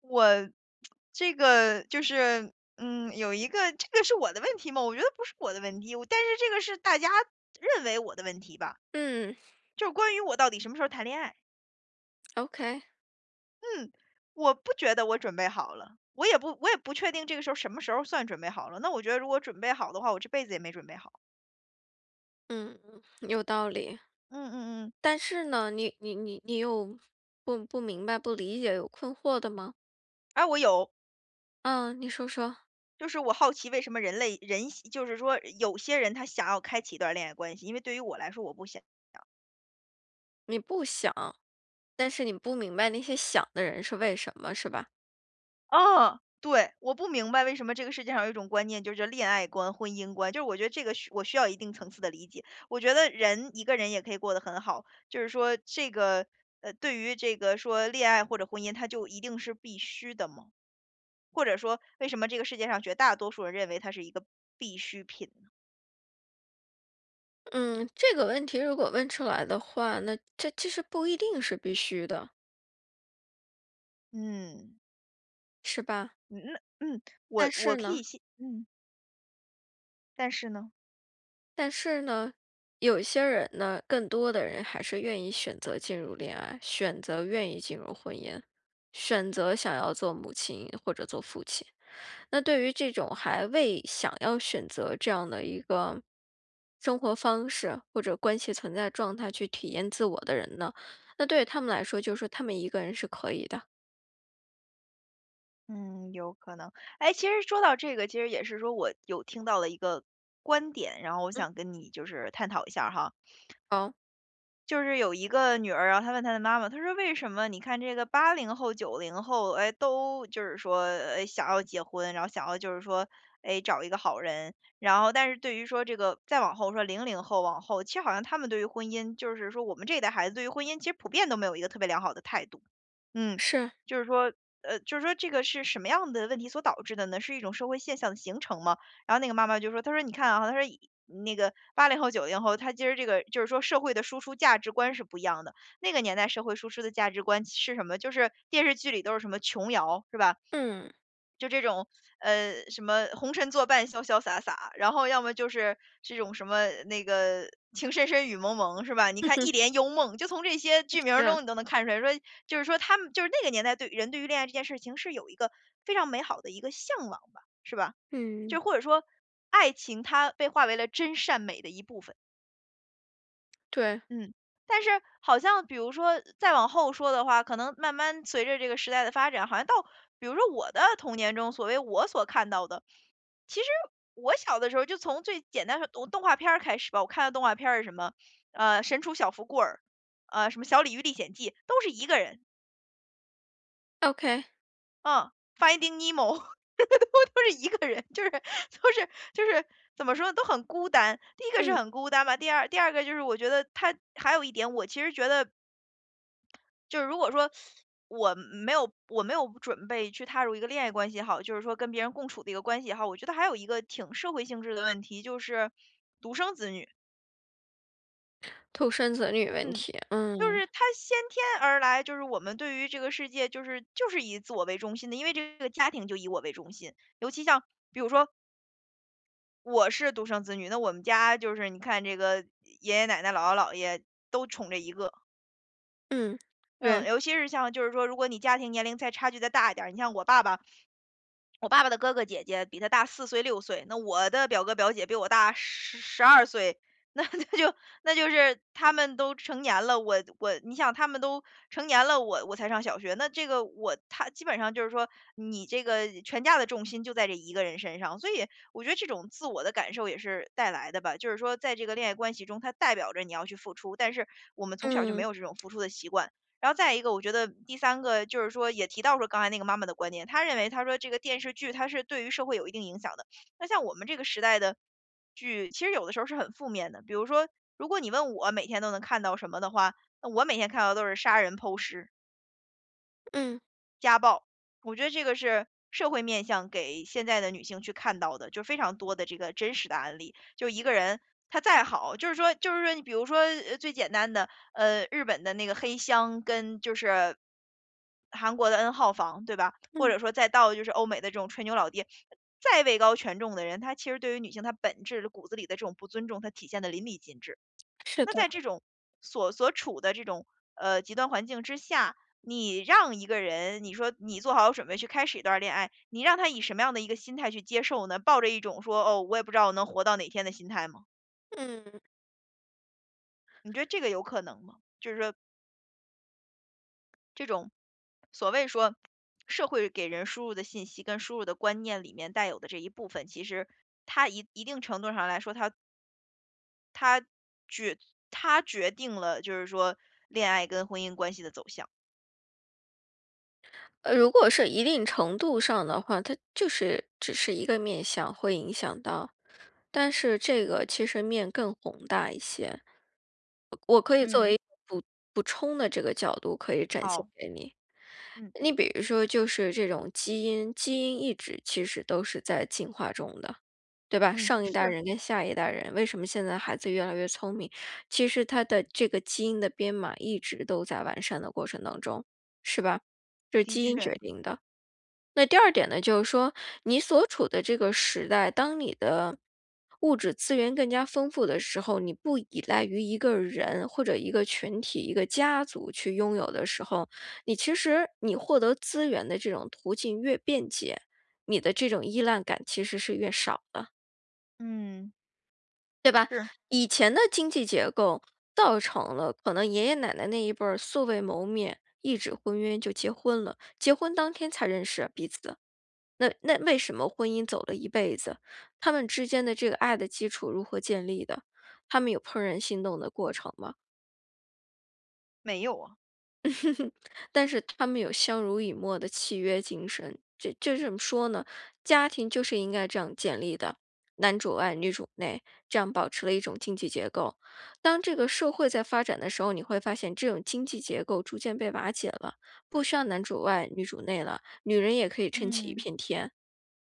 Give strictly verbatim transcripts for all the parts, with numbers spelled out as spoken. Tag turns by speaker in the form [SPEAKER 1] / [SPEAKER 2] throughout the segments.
[SPEAKER 1] 我这个就是，嗯，有一个这个是我的问题吗？我觉得不是我的问题，我但是这个是大家认为我的问题吧，
[SPEAKER 2] 嗯
[SPEAKER 1] 就是关于我到底什么时候谈恋爱。
[SPEAKER 2] ，O K,
[SPEAKER 1] 嗯，我不觉得我准备好了，我也不我也不确定这个时候什么时候算准备好了。那我觉得如果准备好的话，我这辈子也没准备好。
[SPEAKER 2] 嗯，有道理。
[SPEAKER 1] 嗯嗯嗯，
[SPEAKER 2] 但是呢，你你你你有不不明白、不理解、有困惑的吗？
[SPEAKER 1] 哎，我有，
[SPEAKER 2] 嗯，你说说。
[SPEAKER 1] 就是我好奇为什么人类人就是说有些人他想要开启一段恋爱关系，因为对于我来说我不想。
[SPEAKER 2] 你不想，但是你不明白那些想的人是为什么，是吧？
[SPEAKER 1] 嗯，对，我不明白为什么这个世界上有一种观念，就是恋爱观、婚姻观，就是我觉得这个需我需要一定层次的理解。我觉得人一个人也可以过得很好，就是说这个呃，对于这个说恋爱或者婚姻，它就一定是必须的吗？或者说，为什么这个世界上绝大多数人认为它是一个必需品呢？
[SPEAKER 2] 嗯，这个问题如果问出来的话，那这其实不一定是必须的，
[SPEAKER 1] 嗯，
[SPEAKER 2] 是吧？
[SPEAKER 1] 嗯那嗯，我
[SPEAKER 2] 但
[SPEAKER 1] 我
[SPEAKER 2] 是
[SPEAKER 1] 可
[SPEAKER 2] 呢。
[SPEAKER 1] 以信，嗯，但是呢？
[SPEAKER 2] 但是呢，有些人呢，更多的人还是愿意选择进入恋爱，选择愿意进入婚姻，选择想要做母亲或者做父亲。那对于这种还未想要选择这样的一个生活方式或者关系存在状态去体验自我的人呢，那对于他们来说，就是说他们一个人是可以的。
[SPEAKER 1] 嗯，有可能。哎，其实说到这个，其实也是说我有听到了一个观点，然后我
[SPEAKER 2] 嗯，
[SPEAKER 1] 想跟你就是探讨一下儿哈。
[SPEAKER 2] 好，
[SPEAKER 1] 就是有一个女儿，然后她问她的妈妈，她说："为什么你看这个八零后、九零后，哎，都就是说，哎，想要结婚，然后想要就是说，哎，找一个好人。然后，但是对于说这个再往后说零零后往后，其实好像他们对于婚姻，就是说我们这一代孩子对于婚姻，其实普遍都没有一个特别良好的态度。嗯，
[SPEAKER 2] 是，
[SPEAKER 1] 就是说，呃，就是说这个是什么样的问题所导致的呢？是一种社会现象的形成吗？然后那个妈妈就说，她说："你看啊，她说那个八零后、九零后，她其实这个就是说社会的输出价值观是不一样的。那个年代社会输出的价值观是什么？就是电视剧里都是什么琼瑶，是吧？
[SPEAKER 2] 嗯，
[SPEAKER 1] 就这种，呃，什么红尘作伴，潇潇洒洒，然后要么就是这种什么那个情深深雨蒙蒙，是吧？你看一帘幽梦，就从这些 剧名儿中
[SPEAKER 2] 是，
[SPEAKER 1] 你都能看出来说，就是说他们就是那个年代对人对于恋爱这件事情是有一个非常美好的一个向往吧，是吧？
[SPEAKER 2] 嗯，
[SPEAKER 1] 就或者说爱情它被化为了真善美的一部分，
[SPEAKER 2] 对
[SPEAKER 1] 嗯。但是好像比如说再往后说的话，可能慢慢随着这个时代的发展，好像到比如说我的童年中，所谓我所看到的，其实我小的时候就从最简单的动动画片儿开始吧，我看的动画片儿是什么，呃，《神厨小福贵儿》，呃，什么《小鲤鱼历险记》，都是一个人，
[SPEAKER 2] ，OK,
[SPEAKER 1] 嗯，《Finding Nemo》都是一个人，就是都是就是怎么说呢，都很孤单。第一个是
[SPEAKER 2] 嗯，
[SPEAKER 1] 很孤单吧，第二第二个就是我觉得他还有一点，我其实觉得就是如果说我没有我没有准备去踏入一个恋爱关系也好，就是说跟别人共处的一个关系也好，我觉得还有一个挺社会性质的问题，就是独生子女。
[SPEAKER 2] 独生子女问
[SPEAKER 1] 嗯，
[SPEAKER 2] 题。
[SPEAKER 1] 就
[SPEAKER 2] 嗯，
[SPEAKER 1] 是他先天而来，就是我们对于这个世界，就是就是以自我为中心的，因为这个家庭就以我为中心。尤其像比如说我是独生子女，那我们家就是你看这个爷爷奶奶、姥姥姥爷都宠这一个。
[SPEAKER 2] 嗯，
[SPEAKER 1] 嗯，
[SPEAKER 2] 对。
[SPEAKER 1] 尤其是像就是说，如果你家庭年龄再差距再大一点儿，你像我爸爸，我爸爸的哥哥姐姐比他大四岁、六岁，那我的表哥表姐比我大十十二岁，那 那就那就是他们都成年了，我我你想他们都成年了，我我才上小学，那这个我他基本上就是说，你这个全家的重心就在这一个人身上，所以我觉得这种自我的感受也是带来的吧，就是说在这个恋爱关系中，它代表着你要去付出，但是我们从小就没
[SPEAKER 2] 嗯，
[SPEAKER 1] 有这种付出的习惯。然后再一个，我觉得第三个就是说，也提到说刚才那个妈妈的观点，她认为她说这个电视剧它是对于社会有一定影响的。那像我们这个时代的剧，其实有的时候是很负面的。比如说，如果你问我每天都能看到什么的话，那我每天看到都是杀人剖尸，
[SPEAKER 2] 嗯，
[SPEAKER 1] 家暴，我觉得这个是社会面向给现在的女性去看到的，就非常多的这个真实的案例。就一个人他再好，就是说，就是说，你比如说，呃，最简单的，呃，日本的那个黑箱跟就是韩国的 N 号房，对吧？或
[SPEAKER 2] 嗯，
[SPEAKER 1] 者说再到就是欧美的这种吹牛老爹，再位高权重的人，他其实对于女性他本质骨子里的这种不尊重，他体现的淋漓尽致。
[SPEAKER 2] 是
[SPEAKER 1] 那
[SPEAKER 2] 的。
[SPEAKER 1] 在这种所所处的这种呃极端环境之下，你让一个人，你说你做好准备去开始一段恋爱，你让他以什么样的一个心态去接受呢？抱着一种说哦，我也不知道我能活到哪天的心态吗？
[SPEAKER 2] 嗯，
[SPEAKER 1] 你觉得这个有可能吗？就是说这种所谓说社会给人输入的信息跟输入的观念里面带有的这一部分，其实它一一定程度上来说，它它决它决定了就是说恋爱跟婚姻关系的走向。
[SPEAKER 2] 呃，如果是一定程度上的话，它就是只是一个面相会影响到，但是这个其实面更宏大一些。我可以作
[SPEAKER 1] 嗯，
[SPEAKER 2] 为补补充的这个角度可以展现
[SPEAKER 1] 好。
[SPEAKER 2] 给你。
[SPEAKER 1] 嗯
[SPEAKER 2] 你比如说就是这种基因，基因一直其实都是在进化中的，对吧？
[SPEAKER 1] 嗯，
[SPEAKER 2] 上一代
[SPEAKER 1] 是，
[SPEAKER 2] 人跟下一代人，为什么现在孩子越来越聪明？其实他的这个基因的编码一直都在完善的过程当中，是吧？这是
[SPEAKER 1] 的
[SPEAKER 2] 基因决
[SPEAKER 1] 确，
[SPEAKER 2] 定的。那第二点呢，就是说你所处的这个时代，当你的物质资源更加丰富的时候，你不依赖于一个人或者一个群体、一个家族去拥有的时候，你其实你获得资源的这种途径越便捷，你的这种依赖感其实是越少的。
[SPEAKER 1] 嗯，是，
[SPEAKER 2] 以前的经济结构造成了可能爷爷奶奶那一辈儿素未谋面、一纸婚约就结婚了，结婚当天才认识彼此。那那为什么婚姻走了一辈子，他们之间的这个爱的基础如何建立的？他们有怦然心动的过程吗？
[SPEAKER 1] 没有啊，
[SPEAKER 2] 但是他们有相濡以沫的契约精神，这这怎么说呢？家庭就是应该这样建立的，男主外女主内，这样保持了一种经济结构。当这个社会在发展的时候，你会发现这种经济结构逐渐被瓦解了，不需要男主外女主内了，女人也可以撑起一
[SPEAKER 1] 嗯
[SPEAKER 2] 片天。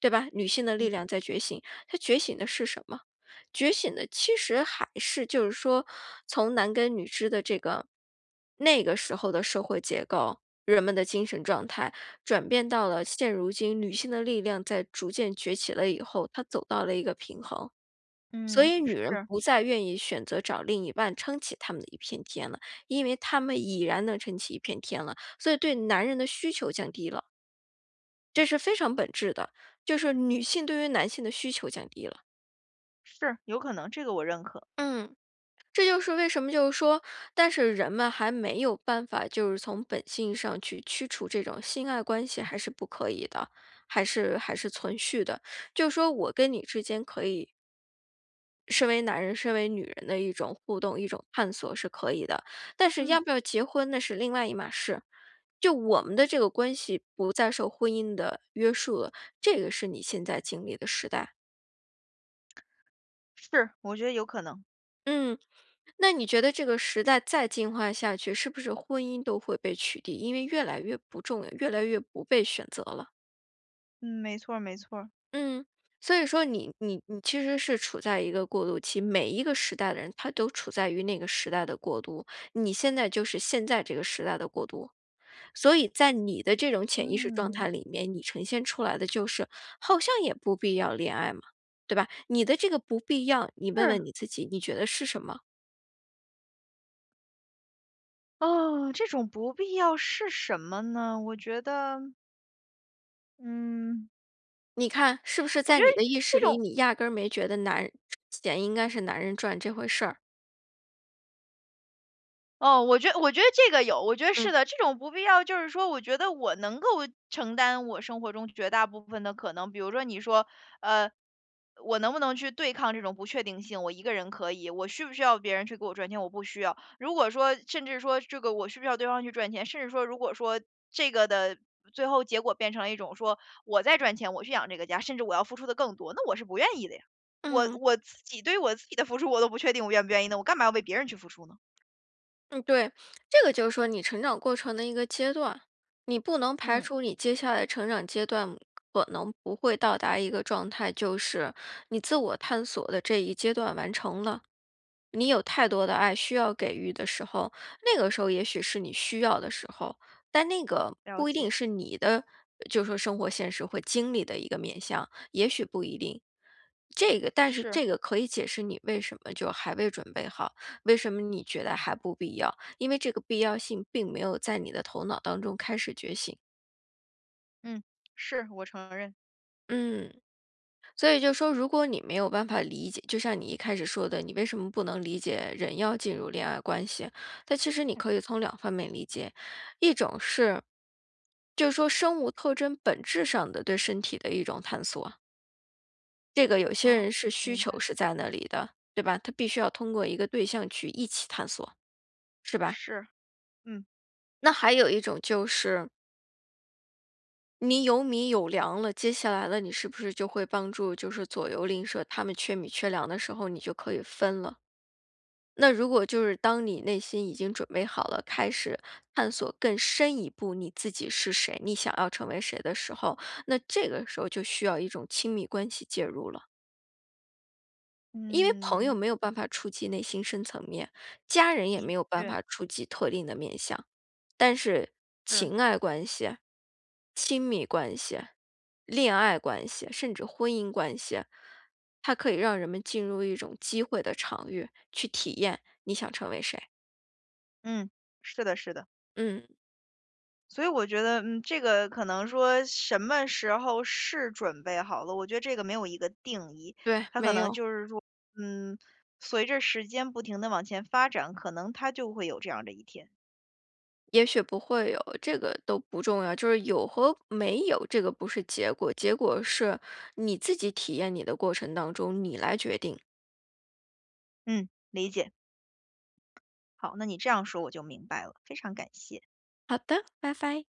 [SPEAKER 2] 对吧？女性的力量在觉醒，她觉醒的是什么？觉醒的其实还是就是说，从男耕女织的这个那个时候的社会结构，人们的精神状态转变到了现如今，女性的力量在逐渐崛起了以后，她走到了一个平衡。所
[SPEAKER 1] 嗯，
[SPEAKER 2] 以，女
[SPEAKER 1] 是
[SPEAKER 2] 人不再愿意选择找另一半撑起他们的一片天了，因为他们已然能撑起一片天了，所以对男人的需求降低了。这是非常本质的，就是女性对于男性的需求降低了。
[SPEAKER 1] 是，有可能，这个我认可，
[SPEAKER 2] 嗯，这就是为什么，就是说，但是人们还没有办法，就是从本性上去驱除这种性爱关系，还是不可以的，还是还是存续的。就是说我跟你之间可以，身为男人、身为女人的一种互动、一种探索是可以的，但是
[SPEAKER 1] 嗯，
[SPEAKER 2] 要不要结婚那是另外一码事。就我们的这个关系不再受婚姻的约束了，这个是你现在经历的时代。
[SPEAKER 1] 是，我觉得有可能，
[SPEAKER 2] 嗯，那你觉得这个时代再进化下去，是不是婚姻都会被取缔？因为越来越不重要，越来越不被选择了。
[SPEAKER 1] 嗯，没错儿没错儿，
[SPEAKER 2] 嗯，所以说你你你其实是处在一个过渡期，每一个时代的人他都处在于那个时代的过渡，你现在就是现在这个时代的过渡，所以在你的这种潜意识状态
[SPEAKER 1] 嗯，
[SPEAKER 2] 里面，你呈现出来的就是好像也不必要恋爱嘛，对吧？你的这个不必要，你问
[SPEAKER 1] 是，
[SPEAKER 2] 问你自己，你觉得是什么？
[SPEAKER 1] 啊这种不必要是什么呢？我觉得，嗯，
[SPEAKER 2] 你看，是不是
[SPEAKER 1] 我
[SPEAKER 2] 在
[SPEAKER 1] 觉得
[SPEAKER 2] 你的意
[SPEAKER 1] 这
[SPEAKER 2] 识里，
[SPEAKER 1] 种
[SPEAKER 2] 你压根儿没觉得男钱应该是男人赚这回事儿？
[SPEAKER 1] 哦，我觉我觉得这个有，我觉得是
[SPEAKER 2] 嗯。
[SPEAKER 1] 的，这种不必要，就是说，我觉得我能够承担我生活中绝大部分的可能。比如说，你说，呃，我能不能去对抗这种不确定性？我一个人可以，我需不需要别人去给我赚钱？我不需要。如果说，甚至说这个我需不需要对方去赚钱？甚至说，如果说这个的最后结果变成了一种说我在赚钱，我去养这个家，甚至我要付出的更多，那我是不愿意的呀。我
[SPEAKER 2] 嗯，
[SPEAKER 1] 我自己对于我自己的付出我都不确定我愿不愿意呢，我干嘛要为别人去付出呢？
[SPEAKER 2] 嗯，对，这个就是说你成长过程的一个阶段，你不能排
[SPEAKER 1] 嗯。
[SPEAKER 2] 除你接下来成长阶段可能不会到达一个状态，就是你自我探索的这一阶段完成了。你有太多的爱需要给予的时候，那个时候也许是你需要的时候，但那个
[SPEAKER 1] 了
[SPEAKER 2] 不一定
[SPEAKER 1] 解，
[SPEAKER 2] 是你的，就说生活现实会经历的一个面向，也许不一定。这个，但是
[SPEAKER 1] 是，
[SPEAKER 2] 这个可以解释你为什么就还未准备好，为什么你觉得还不必要，因为这个必要性并没有在你的头脑当中开始觉醒。
[SPEAKER 1] 嗯，是，我承认。
[SPEAKER 2] 嗯。所以就说，如果你没有办法理解，就像你一开始说的，你为什么不能理解人要进入恋爱关系？但其实你可以从两方面理解，一种是，就是说生物特征本质上的对身体的一种探索，这个有些
[SPEAKER 1] 啊
[SPEAKER 2] 人是需
[SPEAKER 1] 明
[SPEAKER 2] 求
[SPEAKER 1] 白，
[SPEAKER 2] 是在那里的，对吧？他必须要通过一个对象去一起探索，是吧？
[SPEAKER 1] 是，嗯，
[SPEAKER 2] 那还有一种就是。你有米有粮了，接下来了，你是不是就会帮助，就是左右邻舍他们缺米缺粮的时候，你就可以分了？那如果就是当你内心已经准备好了，开始探索更深一步你自己是谁，你想要成为谁的时候，那这个时候就需要一种亲密关系介入了。因为朋友
[SPEAKER 1] 嗯，
[SPEAKER 2] 没有办法触及内心深层面，家人也
[SPEAKER 1] 的
[SPEAKER 2] 没有办
[SPEAKER 1] 确
[SPEAKER 2] 法触及特定的面相，但是
[SPEAKER 1] 是，
[SPEAKER 2] 情爱关系、亲密关系、恋爱关系，甚至婚姻关系，它可以让人们进入一种机会的场域，去体验你想成为谁。
[SPEAKER 1] 嗯，是的，是的。
[SPEAKER 2] 嗯，
[SPEAKER 1] 所以我觉得，嗯，这个可能说什么时候是准备好了，我觉得这个没有一个定义，
[SPEAKER 2] 对，
[SPEAKER 1] 它可
[SPEAKER 2] 没
[SPEAKER 1] 能
[SPEAKER 2] 有，
[SPEAKER 1] 就是说，嗯，随着时间不停的往前发展，可能它就会有这样的一天。
[SPEAKER 2] 也许不会有，这个都不重要，就是有和没有，这个不是结果，结果是你自己体验你的过程当中，你来决定。
[SPEAKER 1] 嗯，理解。好，那你这样说我就明白了，非常感谢。
[SPEAKER 2] 好的，拜拜。